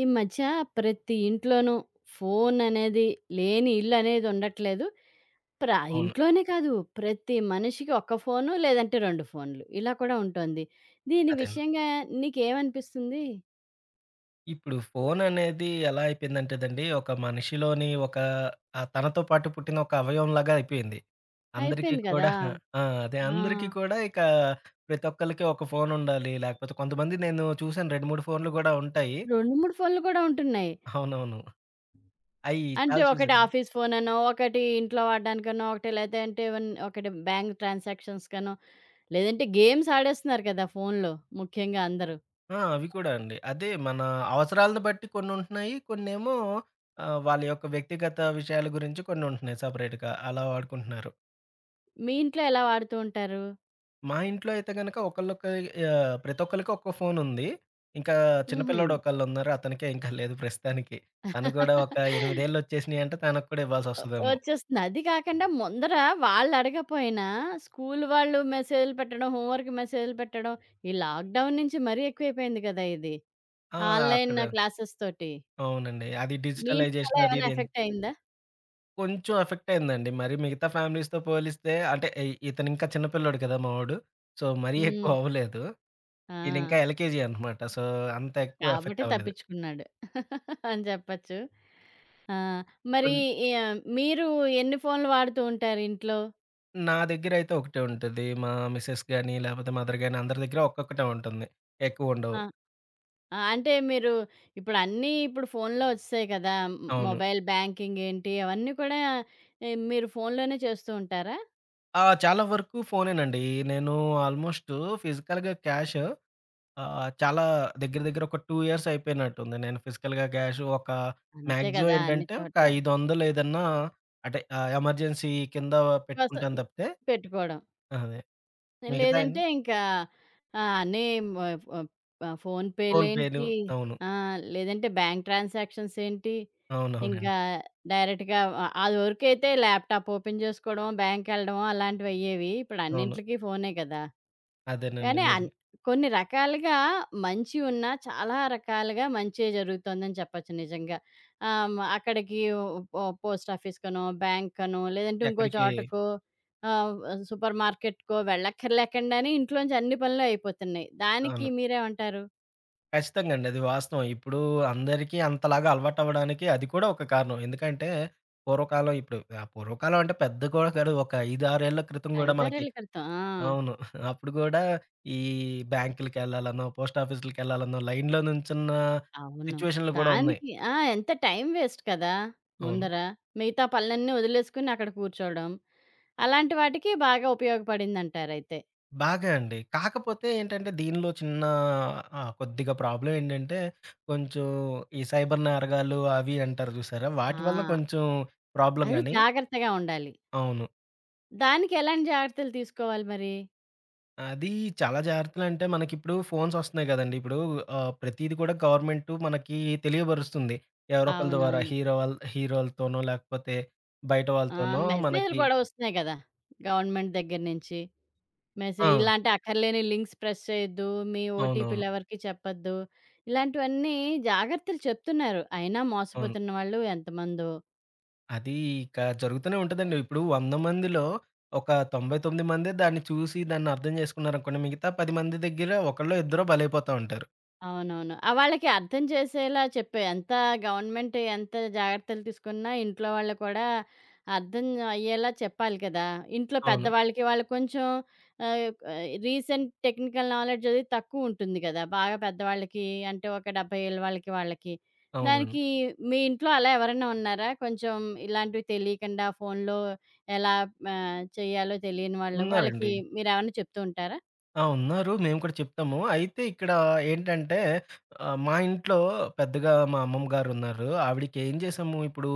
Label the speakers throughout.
Speaker 1: ఈ మధ్య ప్రతి ఇంట్లోనూ ఫోన్ అనేది లేని ఇల్లు అనేది ఉండట్లేదు.
Speaker 2: అవును.
Speaker 1: ఇంట్లోనే కాదు, ప్రతి మనిషికి ఒక ఫోను, లేదంటే 2 ఫోన్లు ఇలా కూడా ఉంటోంది. దీని
Speaker 2: అదేను.
Speaker 1: విషయంగా నీకేమనిపిస్తుంది?
Speaker 2: ఇప్పుడు ఫోననేది ఎలా అయిపోయిందంటేదండి, ఒక మనిషిలోని ఒక తనతో పాటు పుట్టిన ఒక అవయవంలాగా అయిపోయింది. అందరికీ
Speaker 1: అయిపోయింది కదా!
Speaker 2: కూడా ఆ! అదే
Speaker 1: ఆ!
Speaker 2: అందరికీ కూడా ఇక ప్రతి ఒక్కళ్ళకి ఒక ఫోనుండాలి. లేకపోతే కొంతమంది నేను చూసాను 2, 3 ఫోన్లు గూడా ఉంటాయి.
Speaker 1: 2, 3 ఫోన్లు కూడా ఉంటున్నాయి.
Speaker 2: అవునవును. అయి
Speaker 1: అంటే
Speaker 2: చాలా
Speaker 1: ఒకటి
Speaker 2: చూసానండి.
Speaker 1: ఆఫీస్ ఫోననో, ఒకటి ఇంట్లో వాడడానికనో, ఒకటి లేదంటే అంటే ఒకటి బ్యాంక్ ట్రాన్సాక్షన్స్ కనో, లేదంటే గేమ్స్ ఆడేస్తున్నారు కదా ఫోన్‌లో ముఖ్యంగా అందరూ.
Speaker 2: ఆ! అవి కూడా అండి. అదే మన అవసరాలను బట్టి కొన్నుంటున్నాయి. కొన్నేమో వాళ్ళ యొక్క వ్యక్తిగత విషయాల గురించి కొన్నుంటున్నాయి సపరేట్‌గా. అలా వాడుకుంటున్నారు.
Speaker 1: మీ ఇంట్లో ఎలా వాడుతూ ఉంటారు?
Speaker 2: మా ఇంట్లో అయితే గనక ప్రతి ఒక్కళ్ళకి ఒక్కో ఫోనుంది. ఇంకా చిన్న
Speaker 1: హుహు.
Speaker 2: పిల్లోడు ఒకళ్ళున్నారు. అతనికే ఇంకా లేదు ప్రస్తుతానికి. తను కూడా ఒక 8 ఏళ్లొచ్చేసినాయి అంటే తనకు కూడా
Speaker 1: ఒ
Speaker 2: ఇవ్వాల్సొస్తదేమో.
Speaker 1: వచ్చేస్తుంది. అది కాకుండా ముందర వాళ్ళడగపోయినా స్కూల్ వాళ్ళు మెసేజ్‌లు పెట్టడం, హోంవర్క్ మెసేజ్‌లు పెట్టడం, ఈ లాక్‌డౌన్ నుంచి మరీ ఎక్కువైపోయింది కదా! ఇది.
Speaker 2: ఆ!
Speaker 1: ఆన్‌లైన్
Speaker 2: అక్కడ
Speaker 1: క్లాసెస్ తోటి.
Speaker 2: అవునండి. అది
Speaker 1: మీ ఇంట్లో అలా
Speaker 2: డిజిటలైజేషన్ అది
Speaker 1: ఏమైనా
Speaker 2: ఇది అని
Speaker 1: ఎఫెక్ట్ అయిందా?
Speaker 2: కొంచెం ఎఫెక్ట్ అయిందండి. మరి మిగతా ఫ్యామిలీస్‌తో పోలిస్తే అంటే ఇతను ఇంకా చిన్న పిల్లోడు కదా! మావోడు. సో, మరీ
Speaker 1: హ్మ్.
Speaker 2: ఎక్కువ అవ్వలేదు.
Speaker 1: ఆ!
Speaker 2: ఈయనింకా ఎల్‌కేజీ అనమాట. సో, అంత ఎక్కువ
Speaker 1: కాబట్టి
Speaker 2: ఎఫెక్ట్ అవ్వలేదు.
Speaker 1: తప్పించుకున్నాడు అని చెప్పొచ్చు. ఆ! మరి
Speaker 2: కొన్
Speaker 1: య మీరు ఎన్ని ఫోన్‌లు వాడుతూ ఉంటారు ఇంట్లో?
Speaker 2: నా దగ్గరైతే ఒకటే ఉంటది. మా మిసెస్ గాని, లేపోతే మదర్ గాని అందరి దగ్గర ఒక్కొక్కటే ఉంటుంది. ఎక్కువుండవు.
Speaker 1: ఆ! ఆ! అంటే మీరు ఇప్పుడు అన్నీ ఇప్పుడు ఫోన్‌లో వచ్చేసాయి కదా!
Speaker 2: అవును.
Speaker 1: మొబైల్ బ్యాంకింగ్ ఏంటి అవన్నీ కూడా మీరు ఫోన్‌లోనే చేస్తూ ఉంటారా?
Speaker 2: ఆ! చాలా వరకు ఫోనేనండి. నేను ఆల్మోస్ట్ ఫిజికల్‌గా క్యాష్ చాలా దగ్గర దగ్గర ఒక 2 ఇయర్స్ అయిపోయినట్టుంది. నేను ఫిజికల్‌గా క్యాష్ ఒక
Speaker 1: అంతే
Speaker 2: మాక్సిమం
Speaker 1: కదా! అన్ని
Speaker 2: ఏంటంటే ఒక
Speaker 1: చోట్ల.
Speaker 2: 500 ఏదన్నా అంటే ఎమర్జెన్సీ కింద
Speaker 1: కోసం
Speaker 2: పెట్టుకుంటాను తప్పితే
Speaker 1: పెట్టుకోవడం.
Speaker 2: అదే. మిగతాయన్ని
Speaker 1: లేదంటే ఇంకా అన్నీ మ ఫ్
Speaker 2: ఫోన్‌పేలు
Speaker 1: ఫోన్‌పేలేంటి,
Speaker 2: అవును.
Speaker 1: ఆ! లేదంటే బ్యాంక్ ట్రాన్సాక్షన్స్ ఏంటి,
Speaker 2: అవునవునండి.
Speaker 1: ఇంకా డైరెక్ట్‌గా అది వరకైతే ల్యాప్‌టాప్ ఓపెన్ చేసుకోవడమో, బ్యాంకెళ్ళడమో అలాంటివి అయ్యేవి. ఇప్పుడు
Speaker 2: అవును.
Speaker 1: అన్నింటికి ఫోనే కదా!
Speaker 2: అదేనండి
Speaker 1: కానీ
Speaker 2: నిజమే.
Speaker 1: కొన్ని రకాలుగా మంచి ఉన్నా, చాలా రకాలుగా మంచే జరుగుతోందని చెప్పచ్చు నిజంగా. ఆహ్, హ్మ్. అక్కడికి పోస్ట్ ఆఫీస్‌కనో, బ్యాంక్‌కనో, లేదంటే ఇంకో
Speaker 2: ఎక్కడికి
Speaker 1: చోటకో, ఆహ్, సూపర్ మార్కెట్‌కో వెళ్ళక్కర్లేకుండానే ఇంట్లోంచి అన్ని పనులు అయిపోతున్నాయి. దానికి
Speaker 2: అవును.
Speaker 1: మీరేమంటారు?
Speaker 2: ఖచ్చితంగా అండి. అది వాస్తవం. ఇప్పుడు అందరికీ అంతలాగా అలవాటవ్వడానికి అది కూడా ఒక కారణం. ఎందుకంటే పూర్వకాలం ఇప్పుడు ఆ పూర్వకాలం అంటే పెద్ద కూడా కాదు. ఒక 5, 6 ఏళ్ల క్రితం గూడా మనకి
Speaker 1: ఐదారేళ్ల క్రితం. ఆ!
Speaker 2: అవును. అప్పుడు గూడా ఈ బ్యాంకులకెళ్ళాలనో, పోస్ట్ ఆఫీసులకెళ్ళాలనో లైన్‌లో నుంచున్న
Speaker 1: అవును.
Speaker 2: సిట్యుయేషన్‌లు గూడా ఉన్నాయి.
Speaker 1: దానికి ఆ! ఎంత టైం వేస్ట్ కదా!
Speaker 2: అవును.
Speaker 1: ముందర. మిగతా పనులన్నీ వదిలేసుకొని అక్కడ కూర్చోవడం. అలాంటి వాటికి బాగా ఉపయోగపడిందంటారయితే.
Speaker 2: బాగా అండి. కాకపోతే ఏంటంటే దీనిలో చిన్న కొద్దిగా ప్రాబ్లమ్ ఏంటంటే కొంచెం ఈ సైబర్ నేరగాళ్ళు అవి అంటారు జూసారా? వాటి వల్ల
Speaker 1: ఆ!
Speaker 2: కొంచెం ప్రాబ్లమ్
Speaker 1: అది
Speaker 2: గాని
Speaker 1: జాగ్రత్తగా ఉండాలి.
Speaker 2: అవును.
Speaker 1: దానికి ఎలాంటి జాగ్రత్తలు తీసుకోవాలి మరి?
Speaker 2: అది చాలా జాగ్రత్తలంటే మనకిప్పుడు ఫోన్స్ వస్తున్నాయి గదండీ! ఇప్పుడు ప్రతీది కూడా గవర్నమెంటు మనకి తెలియబరుస్తుంది. ఎవరో ఒకళ్ళ ద్వారా
Speaker 1: అవునవును.
Speaker 2: హీరోలతోనో లేకపోతే బయట
Speaker 1: ఆ!
Speaker 2: వాళ్ళతోనో
Speaker 1: మెసేజ్‌లు
Speaker 2: మనకి
Speaker 1: కూడా వస్తున్నాయి కదా! గవర్నమెంట్ దగ్గర నుంచి.
Speaker 2: ఆ!
Speaker 1: మెసేజ్ ఇలాంటి అక్కర్లేని లింక్స్ ప్రెస్ చేయొద్దు. మీ
Speaker 2: అవునవును.
Speaker 1: ఓటీపీలు ఎవరికీ చెప్పొద్దు. ఇలాంటివన్నీ జాగ్రత్తలు చెప్తున్నారు. అయినా
Speaker 2: అవును.
Speaker 1: మోసపోతున్న వాళ్ళు ఎంతమందో.
Speaker 2: అది ఇక జరుగుతూనే ఉంటదండి. ఇప్పుడు 100 మందిలో ఒక 99 మందే దాన్ని చూసి దాన్ని అర్థం చేసుకున్నారనుకోండి మిగతా 10 మంది దగ్గర ఒకళ్ళో ఇద్దరో బలైపోతా ఉంటారు.
Speaker 1: అవునవును. ఆ! వాళ్ళకి అర్థం చేసేలా చెప్పే ఎంత గవర్నమెంట్ ఎంత జాగ్రత్తలు తీసుకున్నా ఇంట్లో వాళ్ళు కూడా అర్థం అయ్యేలా చెప్పాలి కదా! ఇంట్లో
Speaker 2: అవును.
Speaker 1: పెద్దవాళ్ళకి వాళ్ళకి కొంచెం ఆహ్, ఆహ్, రీసెంట్ టెక్నికల్ నాలెడ్జ్ అది తక్కువుంటుంది కదా! బాగా పెద్దవాళ్ళకి, అంటే ఒక 70 ఏళ్ళ వాళ్ళకి, వాళ్ళకి.
Speaker 2: అవునండి.
Speaker 1: దానికి మీ ఇంట్లో అలా ఎవరైనా ఉన్నారా? కొంచెం ఇలాంటివి తెలియకుండా ఫోన్‌లో ఎలా చేయాలో తెలియని వాళ్ళు,
Speaker 2: ఉన్నారండి.
Speaker 1: వాళ్ళకి మీరేమన్నా చెప్తూ ఉంటారా?
Speaker 2: ఆ! ఉన్నారు. మేము కూడా చెప్తాము. అయితే ఇక్కడ ఏంటంటే మా ఇంట్లో పెద్దగా మా అమ్మమ్మ గారున్నారు. ఆవిడకి ఏం చేసాము ఇప్పుడు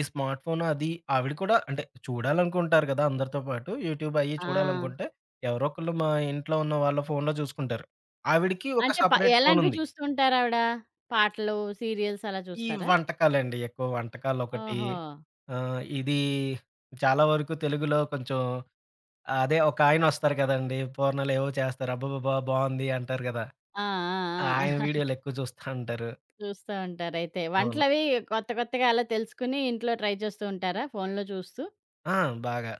Speaker 2: ఈ స్మార్ట్ ఫోన్ అది ఆవిడ కూడా అంటే చూడాలనుకుంటారు కదా! అందరితో పాటు యూట్యూబ్ అయ్యి
Speaker 1: ఆ!
Speaker 2: చూడాలనుకుంటే ఎవరో ఒకళ్ళు మా ఇంట్లో ఉన్న వాళ్ళ ఫోన్‌లో చూసుకుంటారు. ఆవిడకి ఒక
Speaker 1: అంటే
Speaker 2: సెపరేట్
Speaker 1: ఎలాంటివి
Speaker 2: ఫోనుంది.
Speaker 1: చూస్తూ ఉంటారావిడ? పాటలు, సీరియల్స్ అలా
Speaker 2: ఈ
Speaker 1: చూస్తారా?
Speaker 2: వంటకాలండి ఎక్కువ వంటకాలొకటి
Speaker 1: ఓహో!
Speaker 2: ఇది చాలా వరకు తెలుగులో కొంచెం అదే ఒకాయనొస్తారు కదండీ! పూర్ణాలేవో చేస్తారు. అబ్బబ్బబ్బా! బావుంది అంటారు కదా!
Speaker 1: ఆ!
Speaker 2: ఆ!
Speaker 1: ఆ! ఆ!
Speaker 2: ఆయన వీడియోలెక్కువ చూస్తా ఉంటారు.
Speaker 1: చూస్తా ఉంటారయితే.
Speaker 2: అవును.
Speaker 1: వంటలవి కొత్త కొత్తగా అలా తెలుసుకుని ఇంట్లో ట్రై చేస్తూ ఉంటారా ఫోన్‌లో చూస్తూ?
Speaker 2: ఆ! బాగా.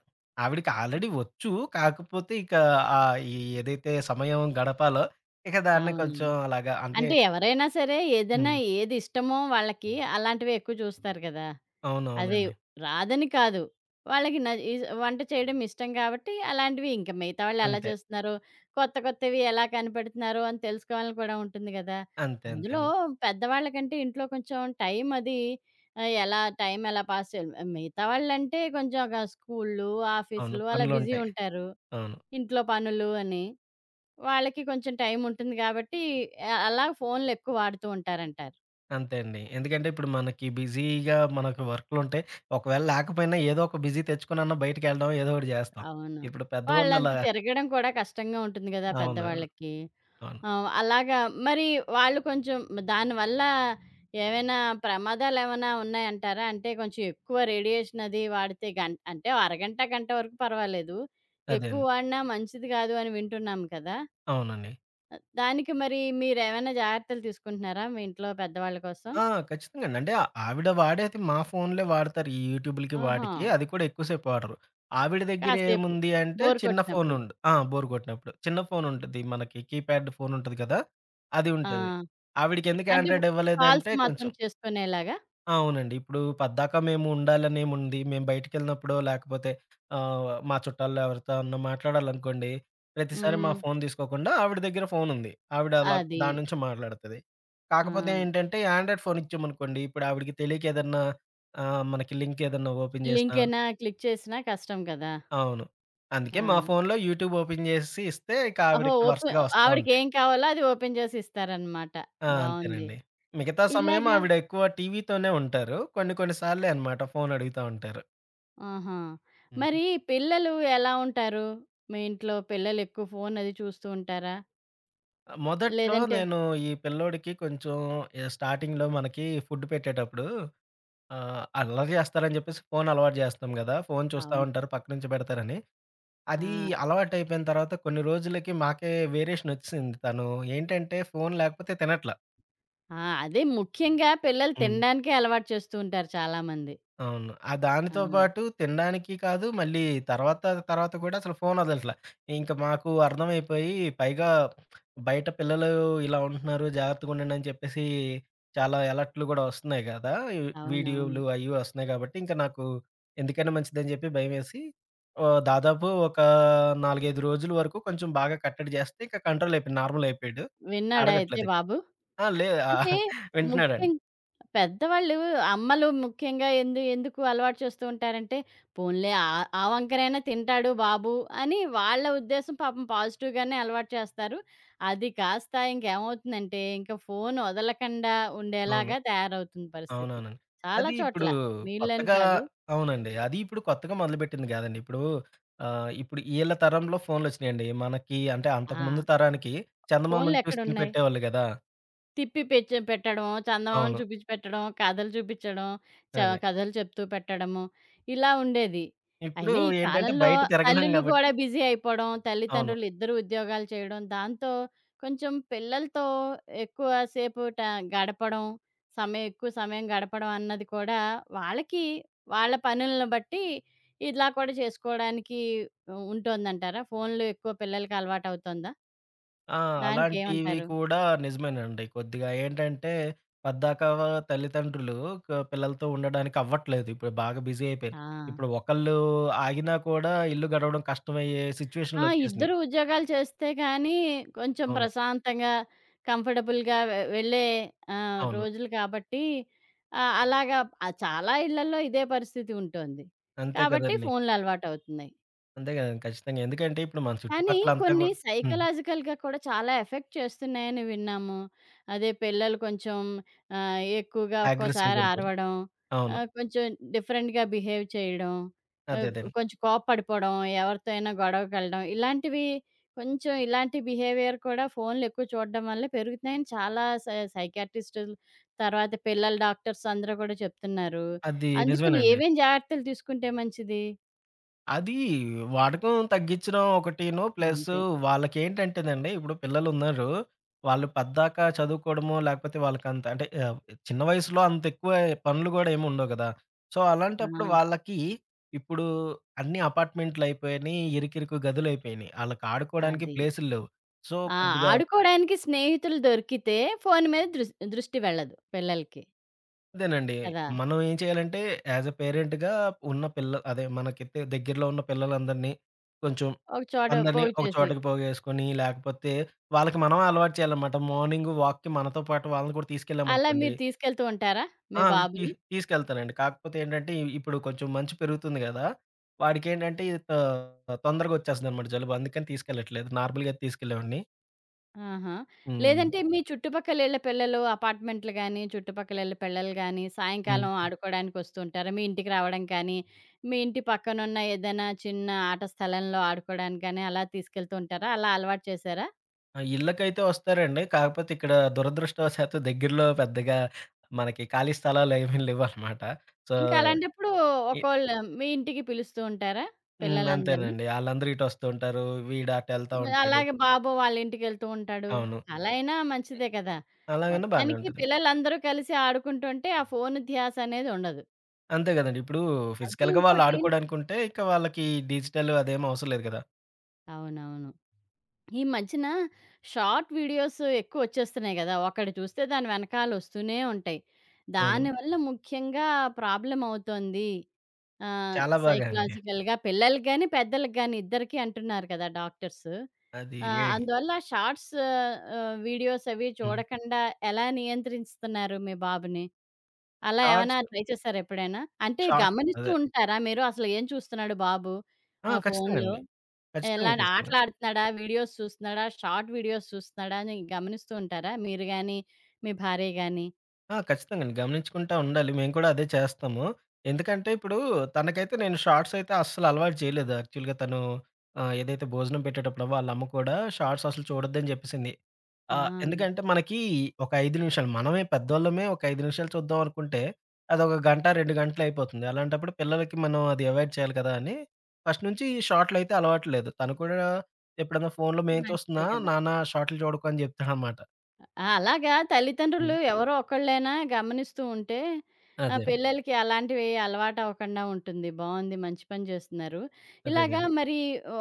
Speaker 2: ఆవిడకి ఆల్రెడీ వచ్చు. కాకపోతే ఇక ఈ ఏదైతే సమయం గడపాలో ఇక దాన్ని కొంచెం
Speaker 1: అవునవును.
Speaker 2: అలాగా అంటే
Speaker 1: అంటే ఎవరైనా సరే ఏదైనా
Speaker 2: హ్మ్.
Speaker 1: ఏది ఇష్టమో వాళ్ళకి అలాంటివే ఎక్కువ చూస్తారు కదా! అదే
Speaker 2: అవునవునండి.
Speaker 1: రాదని కాదు. వాళ్ళకి ఈజ్ వంట చేయడం ఇష్టం కాబట్టి అలాంటివి ఇంక మిగతా వాళ్ళు ఎలా
Speaker 2: అంతే.
Speaker 1: చేస్తున్నారో, కొత్త కొత్తవి ఎలా కనిపెడుతున్నారో అని తెలుసుకోవాలని కూడా ఉంటుంది గదా!
Speaker 2: అంతే
Speaker 1: అందులో
Speaker 2: అండి.
Speaker 1: పెద్దవాళ్ళకంటే ఇంట్లో కొంచెం టైం అది ఎలా టైం ఎలా పాస్ చేయాలి. మిగతా వాళ్ళంటే కొంచెం ఒక స్కూల్లు,
Speaker 2: అవును.
Speaker 1: ఆఫీసులు అలా బిజీ
Speaker 2: పనులుంటాయి.
Speaker 1: ఉంటారు.
Speaker 2: అవును.
Speaker 1: ఇంట్లో పనులు అని. వాళ్ళకి కొంచెం టైం ఉంటుంది కాబట్టి అలా ఫోన్‌లు ఎక్కువ వాడుతూ ఉంటారంటారు.
Speaker 2: అంతే అండి. ఎందుకంటే ఇప్పుడు మనకి బిజీగా మనకు వర్కులుంటాయి. ఒకవేళ లేకపోయినా ఏదో ఒక బిజీ తెచ్చుకొనన్నా బయటికెళ్ళడం ఏదో ఒకటి చేస్తాం.
Speaker 1: అవును.
Speaker 2: ఇప్పుడు పెద్దవాళ్ళు
Speaker 1: వాళ్ళంత
Speaker 2: అలా
Speaker 1: తిరగడం కూడా కష్టంగా ఉంటుంది గదా!
Speaker 2: అవును.
Speaker 1: పెద్దవాళ్ళకి.
Speaker 2: అవును.
Speaker 1: అలాగా మరి వాళ్ళు కొంచెం దానివల్ల ఏవైనా ప్రమాదాలేమైనా ఉన్నాయంటారా? అంటే కొంచెం ఎక్కువ రేడియేషన్ అది వాడితే అంటే ఓ అరగంట, గంట వరకు పర్వాలేదు.
Speaker 2: అదే
Speaker 1: ఎక్కువ
Speaker 2: అండి.
Speaker 1: వాడినా మంచిది గాదు అని వింటున్నాం కదా!
Speaker 2: అవునండి.
Speaker 1: దానికి మరి మీరేమైనా జాగ్రత్తలు తీసుకుంటున్నారా మీ ఇంట్లో పెద్దవాళ్ళ కోసం?
Speaker 2: ఆ! ఖచ్చితంగాండి. అంటే ఆవిడ వాడేది మా ఫోన్‌లే వాడతారు. ఈ యూట్యూబ్‌లకి
Speaker 1: ఆహా!
Speaker 2: వాటికి. అది కూడా ఎక్కువ సేపు వాడరు. ఆవిడ దగ్గర
Speaker 1: కాసేపు
Speaker 2: ఏముంది అంటే
Speaker 1: బోర్
Speaker 2: చిన్న ఫోన్
Speaker 1: కొట్టినప్పుడు.
Speaker 2: ఆ! బోర్ కొట్టినప్పుడు. చిన్న ఫోన్ ఉంటది. మనకి కీప్యాడ్ ఫోన్ ఉంటది కదా! అది
Speaker 1: ఆ!
Speaker 2: ఉంటది. ఆవిడకెందుకు
Speaker 1: అంటే
Speaker 2: ఆండ్రాయిడ్
Speaker 1: కాల్స్
Speaker 2: ఇవ్వలేదంటే
Speaker 1: మాత్రం
Speaker 2: కొంచెం
Speaker 1: చేసుకునేలాగా?
Speaker 2: అవునండి. ఇప్పుడు పద్దాక మేము ఉండాలనేముంది. మేము బయటికెళ్ళినప్పుడో, లేకపోతే మా చుట్టాల్లో ఎవరితో అన్నా మాట్లాడాలనుకోండి, ప్రతిసారి మా
Speaker 1: హ్మ్.
Speaker 2: ఫోను తీసుకోకుండా ఆవిడ దగ్గర ఫోనుంది. ఆవిడ అలా
Speaker 1: అది.
Speaker 2: దాని నుంచి మాట్లాడతది.
Speaker 1: ఆ!
Speaker 2: కాకపోతే ఏంటంటే, యాండ్రాయిడ్ ఫోను ఇచ్చామనుకోండి, ఇప్పుడు ఆవిడకి తెలియక ఏదన్నా మనకి లింక్ ఏదన్నా ఓపెన్ చేసినా
Speaker 1: లింకేనా క్లిక్ చేసినా కష్టం కదా!
Speaker 2: అవును.
Speaker 1: ఆ!
Speaker 2: అందుకే మా ఫోనులో యూట్యూబ్ ఓపెన్ చేసేసి ఇస్తే, ఇక
Speaker 1: ఓహో!
Speaker 2: ఆవిడకి వరుసగా వస్తా ఉంటాయి.
Speaker 1: ఆవిడకేం కావాలో అది ఓపెన్ చేసి ఇస్తారనమాట.
Speaker 2: ఆ!
Speaker 1: బావుంది.
Speaker 2: అంతేనండి. మిగతా సమయం
Speaker 1: ఇలాగా
Speaker 2: ఆవిడ ఎక్కువ టీవీతోనే ఉంటారు. కొన్ని కొన్ని సార్లే అనమాట ఫోను అడుగుతా ఉంటారు.
Speaker 1: ఆహా!
Speaker 2: హ్మ్.
Speaker 1: మరి పిల్లలు ఎలా ఉంటారు? మీ ఇంట్లో పిల్లలెక్కువ ఫోన్ అది చూస్తూ ఉంటారా?
Speaker 2: మొదట్లో
Speaker 1: లేదంటే
Speaker 2: నేను ఈ పిల్లోడికి కొంచెం స్టార్టింగ్‌లో మనకి ఫుడ్ పెట్టేటప్పుడు అల్లరి చేస్తారని చెప్పేసి ఫోన్ అలవాటు చేస్తాం గదా! ఫోన్ చూస్తా
Speaker 1: అవును.
Speaker 2: ఉంటారు పక్క నుంచి పెడతారని.
Speaker 1: ఆ!
Speaker 2: అది అలవాటయిపోయిన తర్వాత కొన్ని రోజులకి మాకే వేరియేషన్ ఒచ్చేసింది. తను ఏంటంటే ఫోన్ లేకపోతే తినట్లా.
Speaker 1: ఆ! అదే ముఖ్యంగా పిల్లలు
Speaker 2: హ్మ్.
Speaker 1: తినడానికే అలవాటు చేస్తూ ఉంటారు చాలామంది.
Speaker 2: అవును. ఆ
Speaker 1: ఆ!
Speaker 2: దానితో పాటు తినడానికి కాదు, మళ్ళీ తర్వాత తర్వాత కూడా అసలు ఫోను వదలట్లా. ఇంక మాకు అర్థమైపోయి పైగా బయట పిల్లలు ఇలా ఉంటున్నారు జాగ్రత్తగుండండి అని చెప్పేసి చాలా అలర్ట్‌లు గూడా వస్తున్నాయి గదా! ఈ
Speaker 1: అవునవును.
Speaker 2: వీడియోలు అయ్యి వస్తున్నాయి గాబట్టి ఇంక నాకు ఎందుకైనా మంచిదని జెప్పి భయమేసి దాదాపు ఒక 4, 5 రోజుల వరకు కొంచెం బాగా కట్టడి జేస్తే ఇక కంట్రోల్ అయిపోయింది. నార్మల్ అయిపోయాడు.
Speaker 1: విన్నాడా అయితే
Speaker 2: అడగట్లేదిక.
Speaker 1: బాబు?
Speaker 2: ఆ! లే
Speaker 1: అంటే
Speaker 2: ఆహ్, వింటున్నాడండి.
Speaker 1: ముఖ్యంగా పెద్దవాళ్ళు, అమ్మలు ముఖ్యంగా ఎందుకు అలవాటు చేస్తూ ఉంటారంటే, పోన్లే ఆ ఆ వంకరైనా తింటాడు బాబు అని వాళ్ళ ఉద్దేశం, పాపం పాజిటివ్‌గానే అలవాటు చేస్తారు. అది కాస్త ఇంకేమవుతుందంటే, ఇంక ఫోను వదలకండా
Speaker 2: అవును.
Speaker 1: ఉండేలాగా తయారవుతుంది పరిస్థితి.
Speaker 2: అవునవునండి.
Speaker 1: చాలా
Speaker 2: అది ఇప్పుడు
Speaker 1: చోట్ల, వీళ్ళని
Speaker 2: కొత్తగా
Speaker 1: కాదు.
Speaker 2: అవునండి. అది ఇప్పుడు కొత్తగా మొదలుపెట్టింది గాదండి. ఇప్పుడు ఇప్పుడు ఈళ్ళ తరంలో ఫోన్‌లొచ్చినియండి. మనకి అంటే
Speaker 1: ఆ!
Speaker 2: అంతకుముందు తరానికి చందమామను చూసి
Speaker 1: ఫోన్‌లెక్కడున్నాయి?
Speaker 2: తినిపెట్టేవాళ్ళు గదా!
Speaker 1: తిప్పి పెట్టడం, చందమామ
Speaker 2: అవును.
Speaker 1: చూపించి పెట్టడం, కథలు చూపించడం, చ
Speaker 2: అదే.
Speaker 1: కథలు చెప్తూ పెట్టడము, ఇలా ఉండేది.
Speaker 2: ఇప్పుడు
Speaker 1: అయినా ఈ
Speaker 2: ఏంటంటే
Speaker 1: కాలంలో
Speaker 2: బయట తిరగలేం
Speaker 1: తల్లులు
Speaker 2: గాబట్టి
Speaker 1: కూడా బిజీ అయిపోవడం,
Speaker 2: అవును.
Speaker 1: తల్లిదండ్రులు ఇద్దరు ఉద్యోగాలు చేయడం, దాంతో కొంచెం పిల్లలతో ఎక్కువ సేపు గడపడం, సమయం ఎక్కువ సమయం గడపడం అన్నది కూడా వాళ్ళకి వాళ్ళ పనులను బట్టి ఇలా కూడా చేసుకోవడానికి ఉంటుందంటారా? ఫోన్‌లు ఎక్కువ పిల్లలకి అలవాటు అవుతుందా?
Speaker 2: ఆ! అలాంటివి
Speaker 1: దానికేమంటారు?
Speaker 2: కూడా నిజమేనండి. కొద్దిగా ఏంటంటే పద్దాక తల్లిదండ్రులు పిల్లలతో ఉండడానికి అవ్వట్లేదు. ఇప్పుడు బాగా బిజీ
Speaker 1: ఆ!
Speaker 2: అయిపోయారు. ఇప్పుడు ఒకళ్ళు ఆగినా కూడా ఇల్లు గడవడం కష్టమయ్యే
Speaker 1: ఆ!
Speaker 2: సిచ్యుయేషన్‌లొచ్చేసినియి.
Speaker 1: ఇద్దరు ఉద్యోగాలు చేస్తే కానీ కొంచెం
Speaker 2: అవును.
Speaker 1: ప్రశాంతంగా, కంఫర్టబుల్‌గా వెళ్ళే
Speaker 2: అవును.
Speaker 1: రోజులు కాబట్టి అలాగా చాలా ఇళ్లల్లో ఇదే పరిస్థితి ఉంటోంది.
Speaker 2: అంతే
Speaker 1: కాబట్టి
Speaker 2: కదండీ.
Speaker 1: ఫోన్‌లు అలవాటవుతున్నాయి.
Speaker 2: అంతే కదండి. ఖచ్చితంగా. ఎందుకంటే ఇప్పుడు మన
Speaker 1: కానీ
Speaker 2: చుట్టుపక్కలంతా
Speaker 1: కొన్ని
Speaker 2: గూడా హ్మ్.
Speaker 1: సైకలాజికల్‌గా కూడా చాలా ఎఫెక్ట్ చేస్తున్నాయని విన్నాము. అదే పిల్లలు కొంచెం ఎక్కువగా
Speaker 2: అగ్రెసివ్‌గా
Speaker 1: ఒక్కోసారి
Speaker 2: ఉంటారు.
Speaker 1: అరవడం,
Speaker 2: అవును.
Speaker 1: కొంచెం డిఫరెంట్‌గా బిహేవ్ చేయడం,
Speaker 2: అదే
Speaker 1: ఆహ్,
Speaker 2: అదే.
Speaker 1: కొంచెం కోప్పడిపోవడం, ఎవరితో అయినా గొడవకెళ్ళడం ఇలాంటివి, కొంచెం ఇలాంటి బిహేవియర్ కూడా ఫోన్లు ఎక్కువ చూడడం వల్ల పెరుగుతున్నాయని చాలా సైకియాట్రిస్టులు, తర్వాత పిల్లల డాక్టర్స్ అందరూ కూడా చెప్తున్నారు.
Speaker 2: అది
Speaker 1: అందుకని
Speaker 2: నిజమేనండి.
Speaker 1: ఏమేం జాగ్రత్తలు తీసుకుంటే మంచిది?
Speaker 2: అది వాడకం తగ్గించడం ఒకటీను ప్లస్
Speaker 1: అంతే.
Speaker 2: వాళ్ళకేంటంటేనండి ఇప్పుడు పిల్లలున్నారు. వాళ్ళు పద్దాక చదువుకోవడమో లేకపోతే వాళ్ళకంత అంటే చిన్న వయసులో అంత ఎక్కువ పనులు గూడా ఏమి ఉండవు గదా! సో,
Speaker 1: ఆ!
Speaker 2: అలాంటప్పుడు వాళ్ళకి ఇప్పుడు అన్ని అపార్ట్‌మెంట్‌లయిపోయినియి, ఇరుకిరుకు గదులయిపోయినియి. ఆళ్ళకి ఆడుకోవడానికి
Speaker 1: అది.
Speaker 2: ప్లేసులు లేవు. సో,
Speaker 1: ఆ!
Speaker 2: కొద్దిగా
Speaker 1: ఆడుకోవడానికి స్నేహితులు దొరికితే ఫోను మీద దృష్టి వెళ్ళదు పిల్లలకి
Speaker 2: అదేనండి.
Speaker 1: కదా!
Speaker 2: మనం ఏం చేయాలంటే యాస్ ఎ పేరెంట్‌గా ఉన్న పిల్ల అదే మనకి దగ్గరలో ఉన్న పిల్లలందరినీ కొంచెం
Speaker 1: ఒక చోట
Speaker 2: అందరినీ ఒక
Speaker 1: పోగుచేసి.
Speaker 2: చోటకి పోగేసుకొని, లేకపోతే వాళ్ళకి మనం అలవాటు చేయాలన్నమాట. మార్నింగ్ వాక్‌కి మనతో పాటు వాళ్ళని కూడా
Speaker 1: అలా
Speaker 2: తీసుకెళ్ళామనుకోండి
Speaker 1: మీరు తీసుకెళ్తూ ఉంటారా మీ
Speaker 2: ఆ! తీ
Speaker 1: బాబుని?
Speaker 2: తీసుకెళ్తానండి. కాకపోతే ఏంటంటే ఇప్పుడు కొంచెం మంచు పెరుగుతుంది గదా! వాడికేంటంటే ఇది తొందరగా వచ్చేస్తుందన్నమాట జలుబు. అందుకని తీసుకెళ్ళట్లేదు. నార్మల్‌గా అయితే తీసుకెళ్ళేవాడిని.
Speaker 1: ఆహా!
Speaker 2: హ్మ్.
Speaker 1: లేదంటే మీ చుట్టుపక్కలిళ్ళ పిల్లలు అపార్ట్‌మెంట్లు గాని, చుట్టుపక్కలిళ్ళ పిల్లలు గాని
Speaker 2: హ్మ్.
Speaker 1: సాయంకాలం ఆడుకోవడానికొస్తూ ఉంటారా? మీ ఇంటికి రావడం కానీ, మీ ఇంటి పక్కనున్న ఏదైనా చిన్న ఆట స్థలంలో ఆడుకోవడానికి గాని అలా తీసుకెళ్తూ ఉంటారా? అలా అలవాటు చేశారా?
Speaker 2: ఆ! ఇళ్ళకైతే వస్తారండి. కాకపోతే ఇక్కడ దురదృష్టవశాత్తు దగ్గరలో పెద్దగా మనకి ఖాళీ స్థలాలేమీ లేవనమాట. సో,
Speaker 1: ఇంకా అలాంటప్పుడు
Speaker 2: ఇ
Speaker 1: ఒకోళ్ళు మీ ఇంటికి పిలుస్తూ ఉంటారా
Speaker 2: హ్మ్.
Speaker 1: పిల్లలందరిని?
Speaker 2: అంతేనండి. ఆళ్ళందరూ ఇటొస్తూ ఉంటారు. వీడు అటెళ్తా
Speaker 1: మరి
Speaker 2: ఉంటాడు.
Speaker 1: అలాగే బాబు వాళ్ళ ఇంటికెళ్తూ ఉంటాడు.
Speaker 2: అవును.
Speaker 1: అలా అయినా మంచిదే కదా!
Speaker 2: అలాగని బానే
Speaker 1: మొత్తానికి
Speaker 2: ఉంటది.
Speaker 1: పిల్లలందరూ కలిసి ఆడుకుంటుంటే ఆ ఫోను ధ్యాస అనేది ఉండదు.
Speaker 2: అంతే గదండీ. ఇప్పుడు
Speaker 1: అది
Speaker 2: ఫిజికల్‌గా వాళ్ళు
Speaker 1: ఇంకోటేం
Speaker 2: ఆడుకోడానికుంటే, ఇక వాళ్ళకి డిజిటల్ అదేం అవసరం లేదు గదా!
Speaker 1: అవునవును. ఈ మధ్యన షార్ట్ వీడియోస్ ఎక్కువొచ్చేస్తున్నాయి గదా! ఒకటి చూస్తే దాని వెనకాల వస్తూనే ఉంటాయి.
Speaker 2: అవును.
Speaker 1: దానివల్ల ముఖ్యంగా ప్రాబ్లమ్ అవుతోంది. ఆహ్,
Speaker 2: చాలా బాగా అండి.
Speaker 1: సైకలాజికల్‌గా పిల్లలకి గాని, పెద్దలకి గాని ఇద్దరికీ అంటున్నారు కదా డాక్టర్సు.
Speaker 2: అది ఏ
Speaker 1: అందువల్ల షార్ట్స్ వీడియోస్ అవి
Speaker 2: హ్మ్.
Speaker 1: చూడకుండా ఎలా నియంత్రిస్తున్నారు మీ బాబుని? అలా ఏమైనా
Speaker 2: షార్ట్స్,
Speaker 1: ట్రై చేసారా ఎప్పుడైనా? అంటే
Speaker 2: షార్ట్స్
Speaker 1: గమనిస్తూ
Speaker 2: అదే.
Speaker 1: ఉంటారా మీరు అసలు ఏం చూస్తున్నాడు బాబు
Speaker 2: ఆ! ఖచ్చితంగా
Speaker 1: ఫోన్‌లో?
Speaker 2: అండి.
Speaker 1: ఎలాంటి
Speaker 2: ఖచ్చితంగా.
Speaker 1: ఆటలాడుతున్నాడా? వీడియోస్ చూస్తున్నాడా? షార్ట్ వీడియోస్ చూస్తున్నాడా? అని గమనిస్తూ ఉంటారా మీరు గాని, మీ భార్య గాని?
Speaker 2: ఆ! ఖచ్చితంగాండి. గమనించుకుంటా ఉండాలి. మేము కూడా అదే చేస్తాము. ఎందుకంటే ఇప్పుడు తనకైతే నేను షార్ట్స్ అయితే అస్సలు అలవాటు చేయలేదు. యాక్చువల్‌గా తను ఏదైతే భోజనం పెట్టేటప్పుడో వాళ్ళ అమ్మ కూడా షార్ట్స్ అసలు చూడొద్దని జెప్పేసింది.
Speaker 1: ఆ!
Speaker 2: ఎందుకంటే మనకి ఒక 5 నిమిషాలు మనమే పెద్దోళ్ళమే ఒక 5 నిమిషాలు చూద్దాం అనుకుంటే అదొక గంట, 2 గంటలయిపోతుంది. అలాంటప్పుడు పిల్లలకి మనం అది అవాయిడ్ చేయాలి కదా! అని ఫస్ట్ నుంచి షార్ట్‌లయితే అలవాటు లేదు. తను కూడా ఎప్పుడన్నా ఫోన్‌లో మేము
Speaker 1: మంచిదే
Speaker 2: చూస్తున్నా,
Speaker 1: కదా!
Speaker 2: "నాన్న షార్ట్‌లు చూడకు" అని జెప్తాడనమాట.
Speaker 1: ఆ! అలాగా
Speaker 2: హ్మ్.
Speaker 1: తల్లిదండ్రులు ఎవరో ఒకళ్ళైనా గమనిస్తూ ఉంటే,
Speaker 2: అదే.
Speaker 1: పిల్లలకి అలాంటివి అలవాటవ్వకుండా ఉంటుంది. బావుంది. మంచి పని చేస్తున్నారు. ఇలాగా
Speaker 2: అదేనండి.
Speaker 1: మరి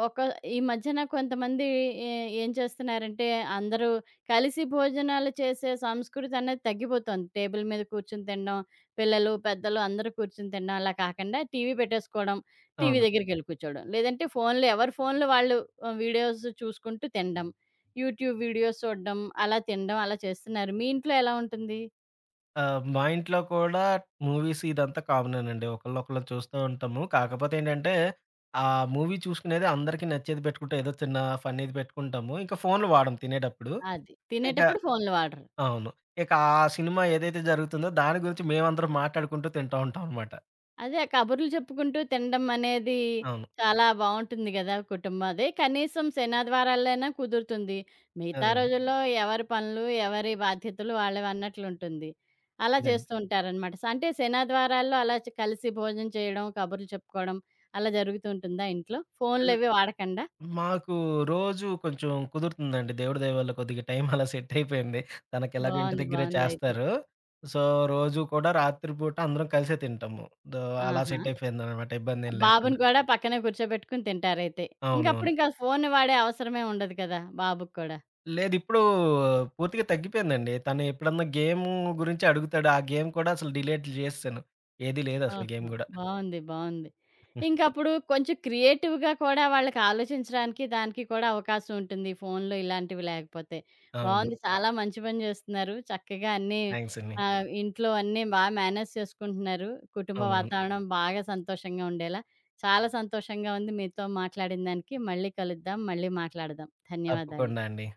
Speaker 1: ఒక ఈ మధ్యన కొంతమంది ఏ ఏం చేస్తున్నారంటే, అందరూ కలిసి భోజనాలు చేసే సంస్కృతనేది తగ్గిపోతోంది. టేబుల్ మీద కూర్చొని తినడం, పిల్లలు, పెద్దలు అందరూ కూర్చొని తినడం. అలా కాకుండా టీవీ పెట్టేసుకోవడం, టీవీ
Speaker 2: అవును.
Speaker 1: దగ్గరికెళ్ళి కూర్చోవడం. లేదంటే ఫోన్‌లో ఎవరి ఫోన్‌లో వాళ్ళు వీడియోస్ చూసుకుంటూ తినడం. యూట్యూబ్ వీడియోస్ చూడడం, అలా తినడం అలా చేస్తున్నారు. మీ ఇంట్లో ఎలా ఉంటుంది?
Speaker 2: ఆ! మా ఇంట్లో కూడా మూవీస్ ఇదంతా కామనేనండి. ఒకళ్ళనొకళ్ళం చూస్తూ ఉంటాము. కాకపోతే ఏంటంటే, ఆ మూవీ చూసుకునేది అందరికీ నచ్చేది పెట్టుకుంటే, ఏదో చిన్న ఫన్నీది పెట్టుకుంటాము. ఇంకా ఫోన్‌లు వాడం తినేటప్పుడు.
Speaker 1: అది.
Speaker 2: ఇక
Speaker 1: తినేటప్పుడు ఫోన్‌లు వాడరు.
Speaker 2: అవును. ఇక ఆ సినిమా ఏదైతే జరుగుతుందో, దాని గురించి మేమందరం మాట్లాడుకుంటూ తింటా ఉంటాం అనమాట.
Speaker 1: అదే కబుర్లు చెప్పుకుంటూ తినడం అనేది
Speaker 2: అవును.
Speaker 1: చాలా బావుంటుంది గదా! కుటుంబం అదే కనీసం శనివారాలైనా కుదురుతుంది. మిగతా
Speaker 2: అదండి.
Speaker 1: రోజుల్లో ఎవరి పనులు, ఎవరి బాధ్యతలు వాళ్ళవన్నట్లుంటుంది. అలా
Speaker 2: అదండి.
Speaker 1: చేస్తూ ఉంటారనమాట. అంటే శనివారాల్లో అలా కలిసి భోజనం చేయడం, కబుర్లు చెప్పుకోవడం అలా జరుగుతూ ఉంటుందా ఇంట్లో? ఫోన్‌లవి వాడకండా?
Speaker 2: మాకు రోజు కొంచెం కుదురుతుందండి. దేవుడి దయ వల్ల కొద్దిగా టైం అలా సెట్ అయిపోయింది. తనకెలాగో ఇంటి
Speaker 1: బావుంది.
Speaker 2: దగ్గరే
Speaker 1: బావుందయితే.
Speaker 2: చేస్తారు. సో, రోజు కూడా రాత్రి పూట అందరం కలిసే తింటాము. దో అలా
Speaker 1: ఆహా!
Speaker 2: సెట్ అయిపోయిందనమాట ఇబ్బందేం
Speaker 1: బాబుని
Speaker 2: లేకుండా.
Speaker 1: కూడా పక్కనే కూర్చోబెట్టుకొని తింటారైతే.
Speaker 2: అవునవును.
Speaker 1: ఇంకప్పుడు ఇంకా ఫోన్ వాడే అవసరమే ఉండదు కదా! బాబుకి కూడా.
Speaker 2: లేదు ఇప్పుడు పూర్తిగా తగ్గిపోయిందండి. తను ఎప్పుడన్నా గురించి అడుగుతాడు. ఆ గేమ్ కూడా అసలు డిలీట్ చేసేసాను. ఏది లేదసలు గేమ్
Speaker 1: ఓహో!
Speaker 2: గూడా.
Speaker 1: బావుంది. బావుంది. ఇంకప్పుడు కొంచెం క్రియేటివ్‌గా కూడా వాళ్ళకి ఆలోచించడానికి దానికి కూడా అవకాశం ఉంటుంది. ఫోన్‌లో ఇలాంటివి లేకపోతే.
Speaker 2: అవును.
Speaker 1: బావుంది. చాలా మంచి పని చేస్తున్నారు. చక్కగా అన్నీ
Speaker 2: థాంక్స్ అండి.
Speaker 1: ఇంట్లో అన్నీ మేనేజ్ చేసుకుంటున్నారు. కుటుంబ
Speaker 2: అవునవును.
Speaker 1: వాతావరణం బాగా సంతోషంగా ఉండేలా. చాలా సంతోషంగా ఉంది మీతో మాట్లాడిన దానికి. మళ్ళీ కలుద్దాం. మళ్ళీ మాట్లాడదాం. ధన్యవాదాలు.
Speaker 2: తప్పకుండా అండి.